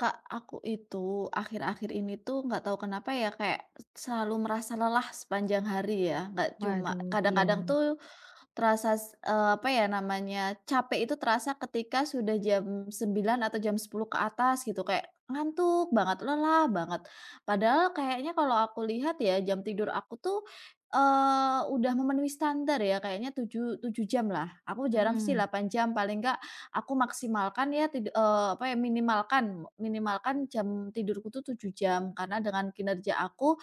Kak, aku itu akhir-akhir ini tuh nggak tahu kenapa ya kayak selalu merasa lelah sepanjang hari ya. Nggak cuma Waduh, iya kadang-kadang nih. tuh terasa apa ya namanya, capek itu terasa ketika sudah jam 9 atau jam 10 ke atas gitu kayak ngantuk banget, lelah banget. Padahal kayaknya kalau aku lihat ya jam tidur aku tuh udah memenuhi standar ya kayaknya 7 7 jam lah. Aku jarang sih Mhm, 8 jam paling nggak aku maksimalkan ya apa ya, minimalkan minimalkan jam tidurku tuh 7 jam, karena dengan kinerja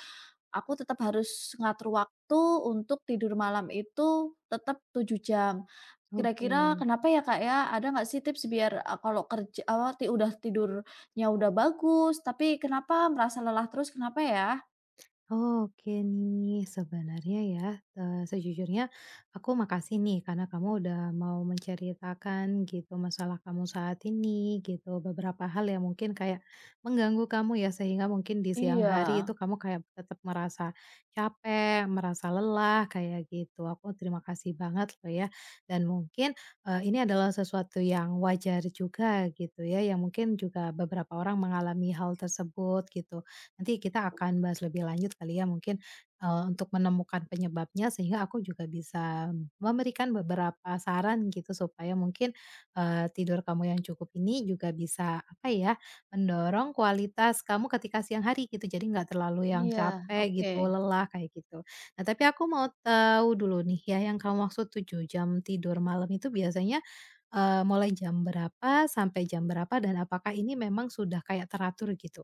aku tetap harus ngatur waktu untuk tidur malam itu tetap 7 jam. oke. Kira-kira kenapa ya, Kak, ya? Ada nggak sih tips biar, kalau kerja awal ti udah tidurnya udah bagus, tapi kenapa merasa lelah terus, kenapa ya? Oke nih, sebenarnya ya, sejujurnya aku makasih nih karena kamu udah mau menceritakan gitu masalah kamu saat ini gitu, beberapa hal yang mungkin kayak mengganggu kamu ya sehingga mungkin di siang Iya hari itu kamu kayak tetap merasa capek, merasa lelah kayak gitu. Aku terima kasih banget loh ya dan mungkin, ini adalah sesuatu yang wajar juga gitu ya, yang mungkin juga beberapa orang mengalami hal tersebut gitu. Nanti kita akan bahas lebih lanjut kali ya mungkin, untuk menemukan penyebabnya sehingga aku juga bisa memberikan beberapa saran gitu supaya mungkin, tidur kamu yang cukup ini juga bisa apa ya, mendorong kualitas kamu ketika siang hari gitu jadi nggak terlalu yang iya, capek oke. gitu, lelah kayak gitu. Nah, tapi aku mau tahu dulu nih ya yang kamu maksud 7 jam tidur malam itu biasanya, mulai jam berapa sampai jam berapa dan apakah ini memang sudah kayak teratur gitu?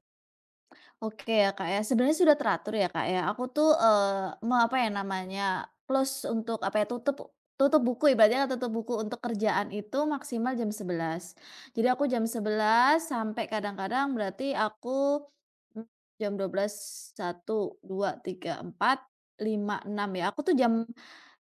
Oke ya, Kak, ya. Sebenarnya sudah teratur ya, Kak, ya. Aku tuh, apa ya namanya, close untuk apa ya, tutup tutup buku ibaratnya, kan tutup buku untuk kerjaan itu maksimal jam sebelas. Jadi aku jam sebelas sampai kadang-kadang berarti aku, mmm, jam dua belas, satu, dua, tiga, empat, lima, enam ya. Aku tuh jam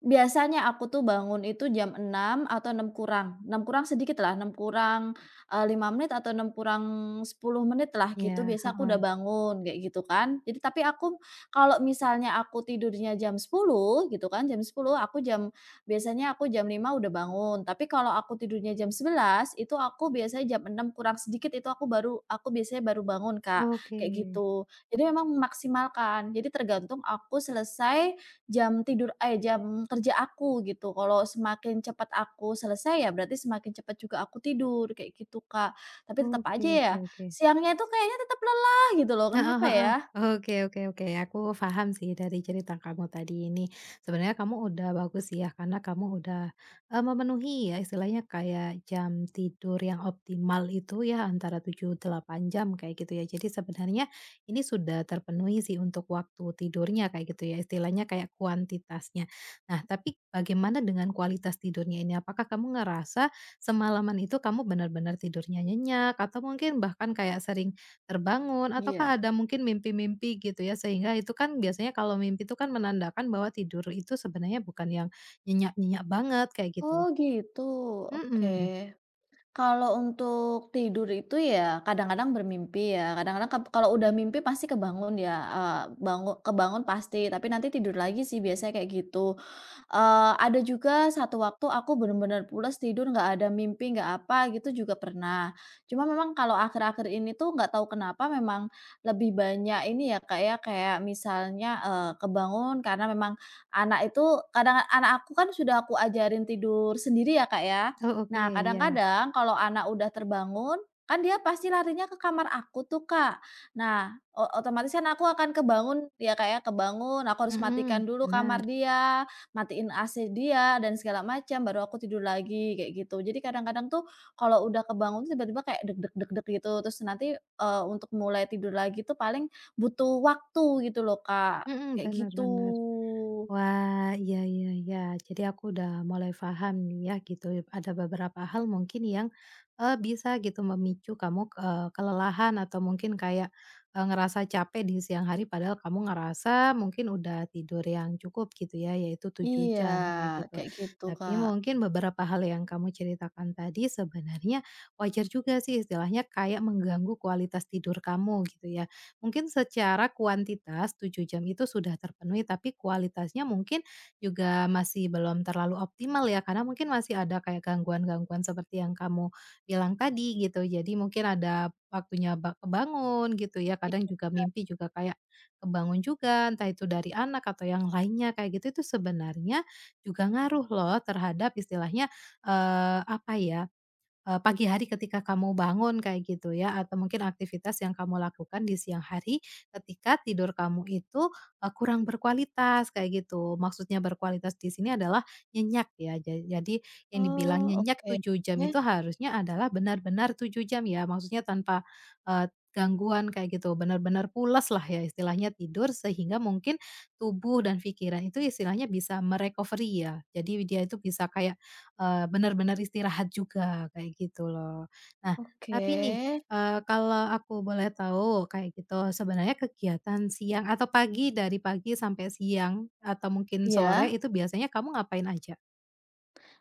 Biasanya aku tuh bangun itu jam 6 atau enam kurang sedikit lah, 6 kurang 5 menit atau 6 kurang sepuluh menit lah gitu, Ya. biasa aku udah bangun kayak gitu kan. Jadi tapi aku kalau misalnya aku tidurnya jam sepuluh gitu kan, jam sepuluh aku jam biasanya aku jam lima udah bangun. Tapi kalau aku tidurnya jam sebelas itu aku biasanya jam 6 kurang sedikit itu aku biasanya baru bangun, Kak, Oke. kayak gitu. Jadi memang memaksimalkan, jadi tergantung aku selesai jam kerja aku gitu. Kalau semakin cepat aku selesai, ya berarti semakin cepat juga aku tidur, kayak gitu, Kak. Tapi tetap Oke aja ya, oke oke. siangnya itu kayaknya tetap lelah gitu loh, Heeh kenapa heeh. ya? Oke oke oke, aku paham sih dari cerita kamu tadi ini. Sebenarnya kamu udah bagus sih ya, karena kamu udah, memenuhi ya istilahnya kayak jam tidur yang optimal itu ya antara 7 8 jam kayak gitu ya. Jadi sebenarnya ini sudah terpenuhi sih untuk waktu tidurnya kayak gitu ya, istilahnya kayak kuantitasnya. Nah, tapi bagaimana dengan kualitas tidurnya ini? Apakah kamu ngerasa semalaman itu kamu benar-benar tidurnya nyenyak atau mungkin bahkan kayak sering terbangun Iya. ataukah ada mungkin mimpi-mimpi gitu ya sehingga itu kan biasanya kalau mimpi itu kan menandakan bahwa tidur itu sebenarnya bukan yang nyenyak-nyenyak banget kayak Oh gitu. gitu, oke. Mhm. Kalau untuk tidur itu ya kadang-kadang bermimpi ya, kadang-kadang kalau udah mimpi pasti kebangun ya, eee, bangu kebangun pasti, tapi nanti tidur lagi sih biasanya kayak gitu. Ada juga satu waktu aku bener-bener pules tidur nggak ada mimpi, nggak apa gitu juga pernah. Cuma memang kalau akhir-akhir ini tuh nggak tahu kenapa memang lebih banyak ini ya, Kak, ya, kayak misalnya, kebangun karena memang anak itu kadang anak aku kan sudah aku ajarin tidur sendiri ya, Kak, ya. Oh oke, Nah iya. kadang-kadang kalau anak udah terbangun, kan dia pasti larinya ke kamar aku tuh, Kak. Nah otomatis kan aku akan kebangun ya, kayak kebangun, aku harus matikan Mhm, dulu benar. kamar dia, matiin AC dia dan segala macam, baru aku tidur lagi, kayak gitu. Jadi kadang-kadang tuh kalau udah kebangun tuh tiba-tiba kayak deg deg deg deg gitu, terus nanti, untuk mulai tidur lagi tuh paling butuh waktu gitu loh, Kak, Mhm, kayak benar gitu. benar. Wah, iya iya iya. Jadi aku udah mulai paham nih ya gitu, ada beberapa hal mungkin yang, bisa gitu memicu kamu, kelelahan atau mungkin kayak, ngerasa capek di siang hari padahal kamu ngerasa mungkin udah tidur yang cukup gitu ya, yaitu tujuh Iya, jam kayak gitu. kayak gitu, Tapi Kak. mungkin beberapa hal yang kamu ceritakan tadi sebenarnya wajar juga sih istilahnya kayak mengganggu kualitas tidur kamu gitu ya. Mungkin secara kuantitas 7 jam itu sudah terpenuhi, tapi kualitasnya mungkin juga masih belum terlalu optimal ya, karena mungkin masih ada kayak gangguan-gangguan seperti yang kamu bilang tadi gitu. Jadi mungkin ada waktunya kebangun gitu ya, kadang juga mimpi juga kayak kebangun juga, entah itu dari anak atau yang lainnya kayak gitu, itu sebenarnya juga ngaruh loh terhadap istilahnya, apa ya, pagi hari ketika kamu bangun kayak gitu ya, atau mungkin aktivitas yang kamu lakukan di siang hari ketika tidur kamu itu, kurang berkualitas kayak gitu. Maksudnya berkualitas di sini adalah nyenyak ya. Jadi yang dibilang Oh, nyenyak oke. 7 jam itu harusnya adalah benar-benar 7 jam ya, maksudnya tanpa, eee, gangguan kayak gitu, benar-benar pulas lah ya istilahnya tidur sehingga mungkin tubuh dan pikiran itu istilahnya bisa merecovery ya. Jadi dia itu bisa kayak bener-bener istirahat juga, kayak gitu loh. Nah, Oke. tapi nih, kalau aku boleh tahu kayak gitu, sebenarnya kegiatan siang atau pagi dari pagi sampai siang atau mungkin Iya? sore itu biasanya kamu ngapain aja?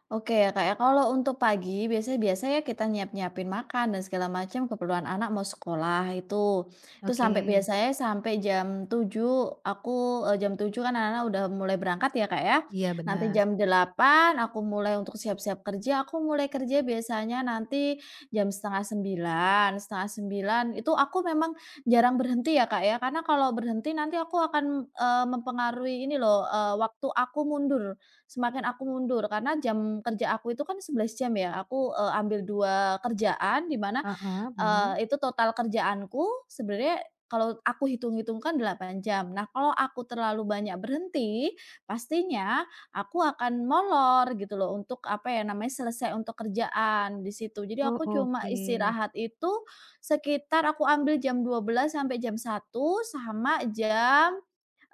Oke ya Kak ya, kalau untuk pagi biasanya biasanya kita nyiap-nyiapin makan dan segala macam keperluan anak mau sekolah itu. Itu Oke, sampai biasanya sampai jam 7. Aku, jam 7 kan anak-anak udah mulai berangkat ya Kak ya. iya Nanti benar. jam delapan aku mulai untuk siap-siap kerja, aku mulai kerja biasanya nanti jam setengah sembilan. Setengah sembilan itu aku memang jarang berhenti ya Kak ya, karena kalau berhenti nanti aku akan, mempengaruhi ini loh, waktu aku mundur. Semakin aku mundur karena jam kerja aku itu kan 11 jam ya, aku, ambil 2 kerjaan di mana, Heeh, benar. Itu total kerjaanku sebenarnya kalau aku hitung-hitung kan 8 jam. Nah, kalau aku terlalu banyak berhenti, pastinya aku akan molor gitu loh untuk apa ya namanya, selesai untuk kerjaan di situ. Jadi Oh, aku cuma oke. istirahat itu sekitar aku ambil jam dua belas sampai jam satu sama jam,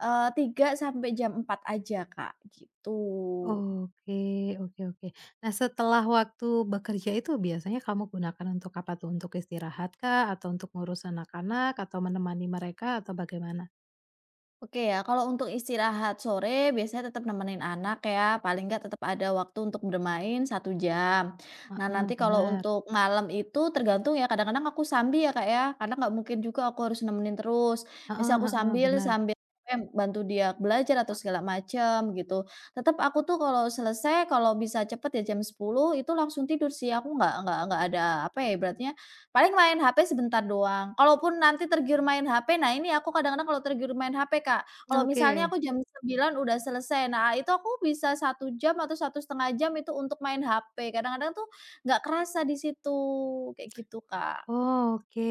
3.00 sampai jam empat aja, Kak, gitu. Oke oke oke. Nah, setelah waktu bekerja itu biasanya kamu gunakan untuk apa tuh? Untuk istirahat kah? Atau untuk ngurus anak-anak? Atau menemani mereka? Atau bagaimana? Oke ya, kalau untuk istirahat sore biasanya tetap nemenin anak ya, paling nggak tetap ada waktu untuk bermain satu jam. Nah nanti Heeh, kalau benar. untuk malam itu tergantung ya, kadang-kadang aku sambil ya Kak ya, karena nggak mungkin juga aku harus nemenin terus. Biasanya Heeh aku heeh, sambil bener. sambil bantu dia belajar atau segala macam gitu. Tetap aku tuh kalau selesai, kalau bisa cepet ya jam sepuluh itu langsung tidur sih, aku nggak ada apa ya, ibaratnya paling main HP sebentar doang, kalaupun nanti tergiur main HP, nah ini aku kadang-kadang kalau tergiur main HP, Kak, kalau misalnya Oke. aku jam sembilan udah selesai, nah itu aku bisa satu jam atau satu setengah jam itu untuk main HP, kadang-kadang tuh nggak kerasa di situ, kayak gitu, Kak. Oh, oke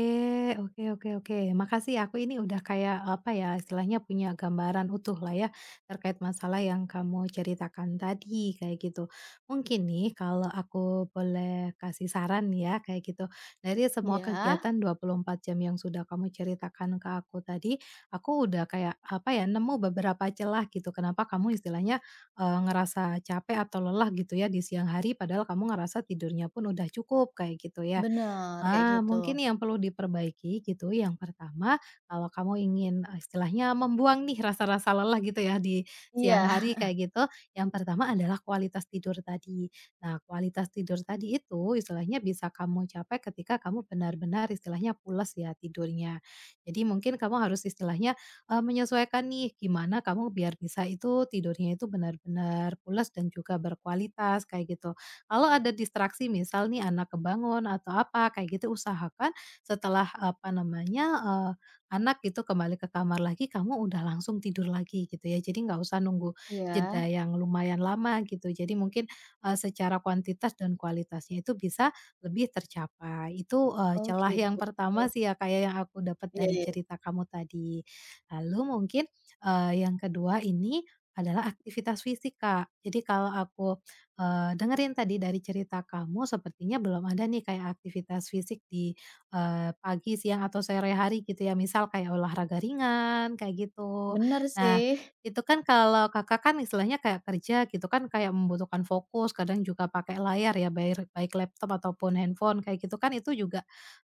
oke oke oke. Makasih ya, aku ini udah kayak, apa ya, istilahnya punya gambaran utuh lah ya, terkait masalah yang kamu ceritakan tadi, kayak gitu. Mungkin nih, kalau aku boleh kasih saran ya, kayak gitu. Dari semua Iya, kegiatan 24 jam yang sudah kamu ceritakan ke aku tadi, aku udah kayak, apa ya, nemu beberapa celah gitu, kenapa kamu istilahnya, ngerasa capek atau lelah gitu ya di siang hari, padahal kamu ngerasa tidurnya pun udah cukup, kayak gitu ya. bener, kayak Ah, gitu. mungkin yang perlu diperbaiki gitu, yang pertama kalau kamu ingin, istilahnya membuang nih rasa-rasa lelah gitu ya di siang Iya, hari kayak gitu, yang pertama adalah kualitas tidur tadi. Nah, kualitas tidur tadi itu istilahnya bisa kamu capai ketika kamu benar-benar istilahnya pulas ya tidurnya. Jadi mungkin kamu harus istilahnya, menyesuaikan nih gimana kamu biar bisa itu tidurnya itu benar-benar pulas dan juga berkualitas kayak gitu. Kalau ada distraksi misal nih anak kebangun atau apa kayak gitu usahakan setelah, apa namanya, anak gitu kembali ke kamar lagi kamu udah langsung tidur lagi gitu ya. Jadi nggak usah nunggu iya. jeda yang lumayan lama gitu. Jadi mungkin, secara kuantitas dan kualitasnya itu bisa lebih tercapai. Itu, Oh celah yang gitu. pertama sih ya, kayak yang aku dapat Iya dari iya, cerita kamu tadi. Lalu mungkin, yang kedua ini adalah aktivitas fisik, Kak. Jadi kalau aku dengerin tadi dari cerita kamu sepertinya belum ada nih kayak aktivitas fisik di, pagi, siang, atau sore hari gitu ya, misal kayak olahraga ringan kayak gitu. bener Nah, sih. itu kan kalau Kakak kan istilahnya kayak kerja gitu kan kayak membutuhkan fokus, kadang juga pakai layar ya, baik baik laptop ataupun handphone kayak gitu kan itu juga,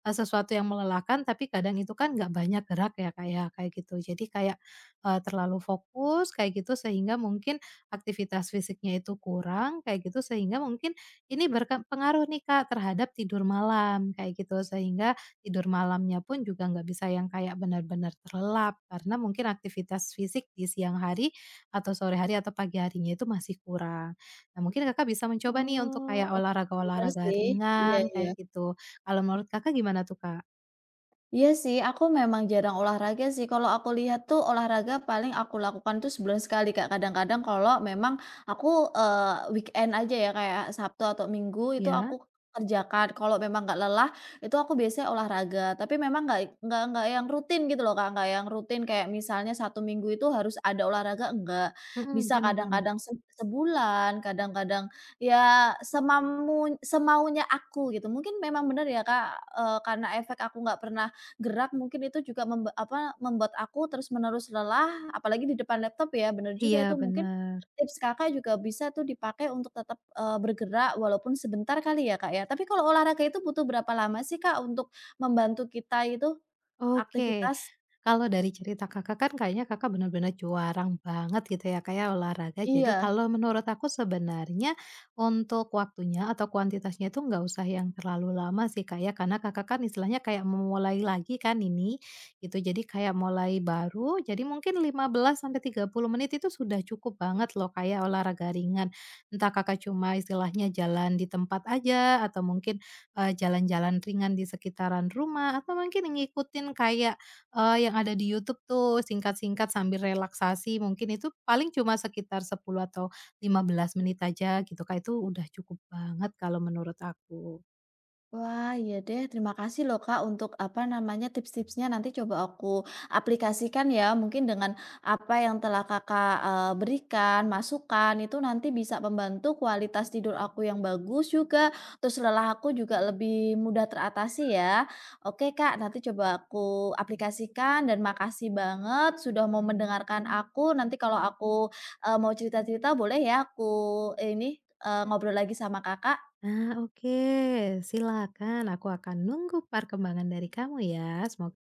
sesuatu yang melelahkan tapi kadang itu kan nggak banyak gerak ya, kayak kayak gitu. Jadi kayak, terlalu fokus kayak gitu sehingga mungkin, aktivitas fisiknya itu kurang kayak gitu sehingga mungkin ini berpengaruh nih Kak terhadap tidur malam kayak gitu, sehingga tidur malamnya pun juga nggak bisa yang kayak benar-benar terlelap karena mungkin aktivitas fisik di siang hari atau sore hari atau pagi harinya itu masih kurang. Nah, mungkin Kakak bisa mencoba nih untuk Oh, kayak oke, bener olahraga-olahraga sih. Iya ringan iya. kayak gitu. Kalau menurut Kakak gimana tuh Kak? Iya sih, aku memang jarang olahraga sih. Kalau aku lihat tuh olahraga paling aku lakukan tuh sebulan sekali, Kak. Kadang-kadang kalau memang aku, weekend aja ya kayak Sabtu atau Minggu itu aku Ya, kerjakan. Kalau memang nggak lelah, itu aku biasanya olahraga. Tapi memang nggak yang rutin gitu loh, Kak, nggak yang rutin kayak misalnya satu minggu itu harus ada olahraga, enggak. Bisa benar-benar. kadang-kadang sebulan, kadang-kadang ya semaunya aku gitu. Mungkin memang benar ya, Kak, karena efek aku nggak pernah gerak mungkin itu juga membuat aku terus-menerus lelah, apalagi di depan laptop ya, bener juga Iya, itu mungkin benar. tips Kakak juga bisa tuh dipakai untuk tetap, bergerak walaupun sebentar kali ya, Kak, ya. Tapi kalau olahraga itu butuh berapa lama sih, Kak, untuk membantu kita itu Oke. aktivitas? Kalau dari cerita Kakak kan kayaknya Kakak benar-benar juarang banget gitu ya, kayak olahraga. Jadi Iya. kalau menurut aku sebenarnya untuk waktunya atau kuantitasnya itu nggak usah yang terlalu lama sih, kayak karena Kakak kan istilahnya kayak memulai lagi kan ini, gitu. Jadi kayak mulai baru, jadi mungkin 15 sampai 30 menit itu sudah cukup banget loh, kayak olahraga ringan. Entah Kakak cuma istilahnya jalan di tempat aja atau mungkin, jalan-jalan ringan di sekitaran rumah atau mungkin ngikutin kayak yang ada di YouTube tuh singkat-singkat sambil relaksasi mungkin itu paling cuma sekitar 10 atau 15 menit aja gitu Kak, itu udah cukup banget kalau menurut aku. Wah, iya deh. Terima kasih loh Kak untuk apa namanya tips-tipsnya, nanti coba aku aplikasikan ya. Mungkin dengan apa yang telah Kakak berikan, masukan itu nanti bisa membantu kualitas tidur aku yang bagus juga. Terus lelah aku juga lebih mudah teratasi ya. Oke Kak, nanti coba aku aplikasikan dan makasih banget sudah mau mendengarkan aku. Nanti kalau aku mau cerita-cerita boleh ya aku eh, ini ngobrol lagi sama Kakak. Ah, oke, silakan aku akan nunggu perkembangan dari kamu ya. Semoga.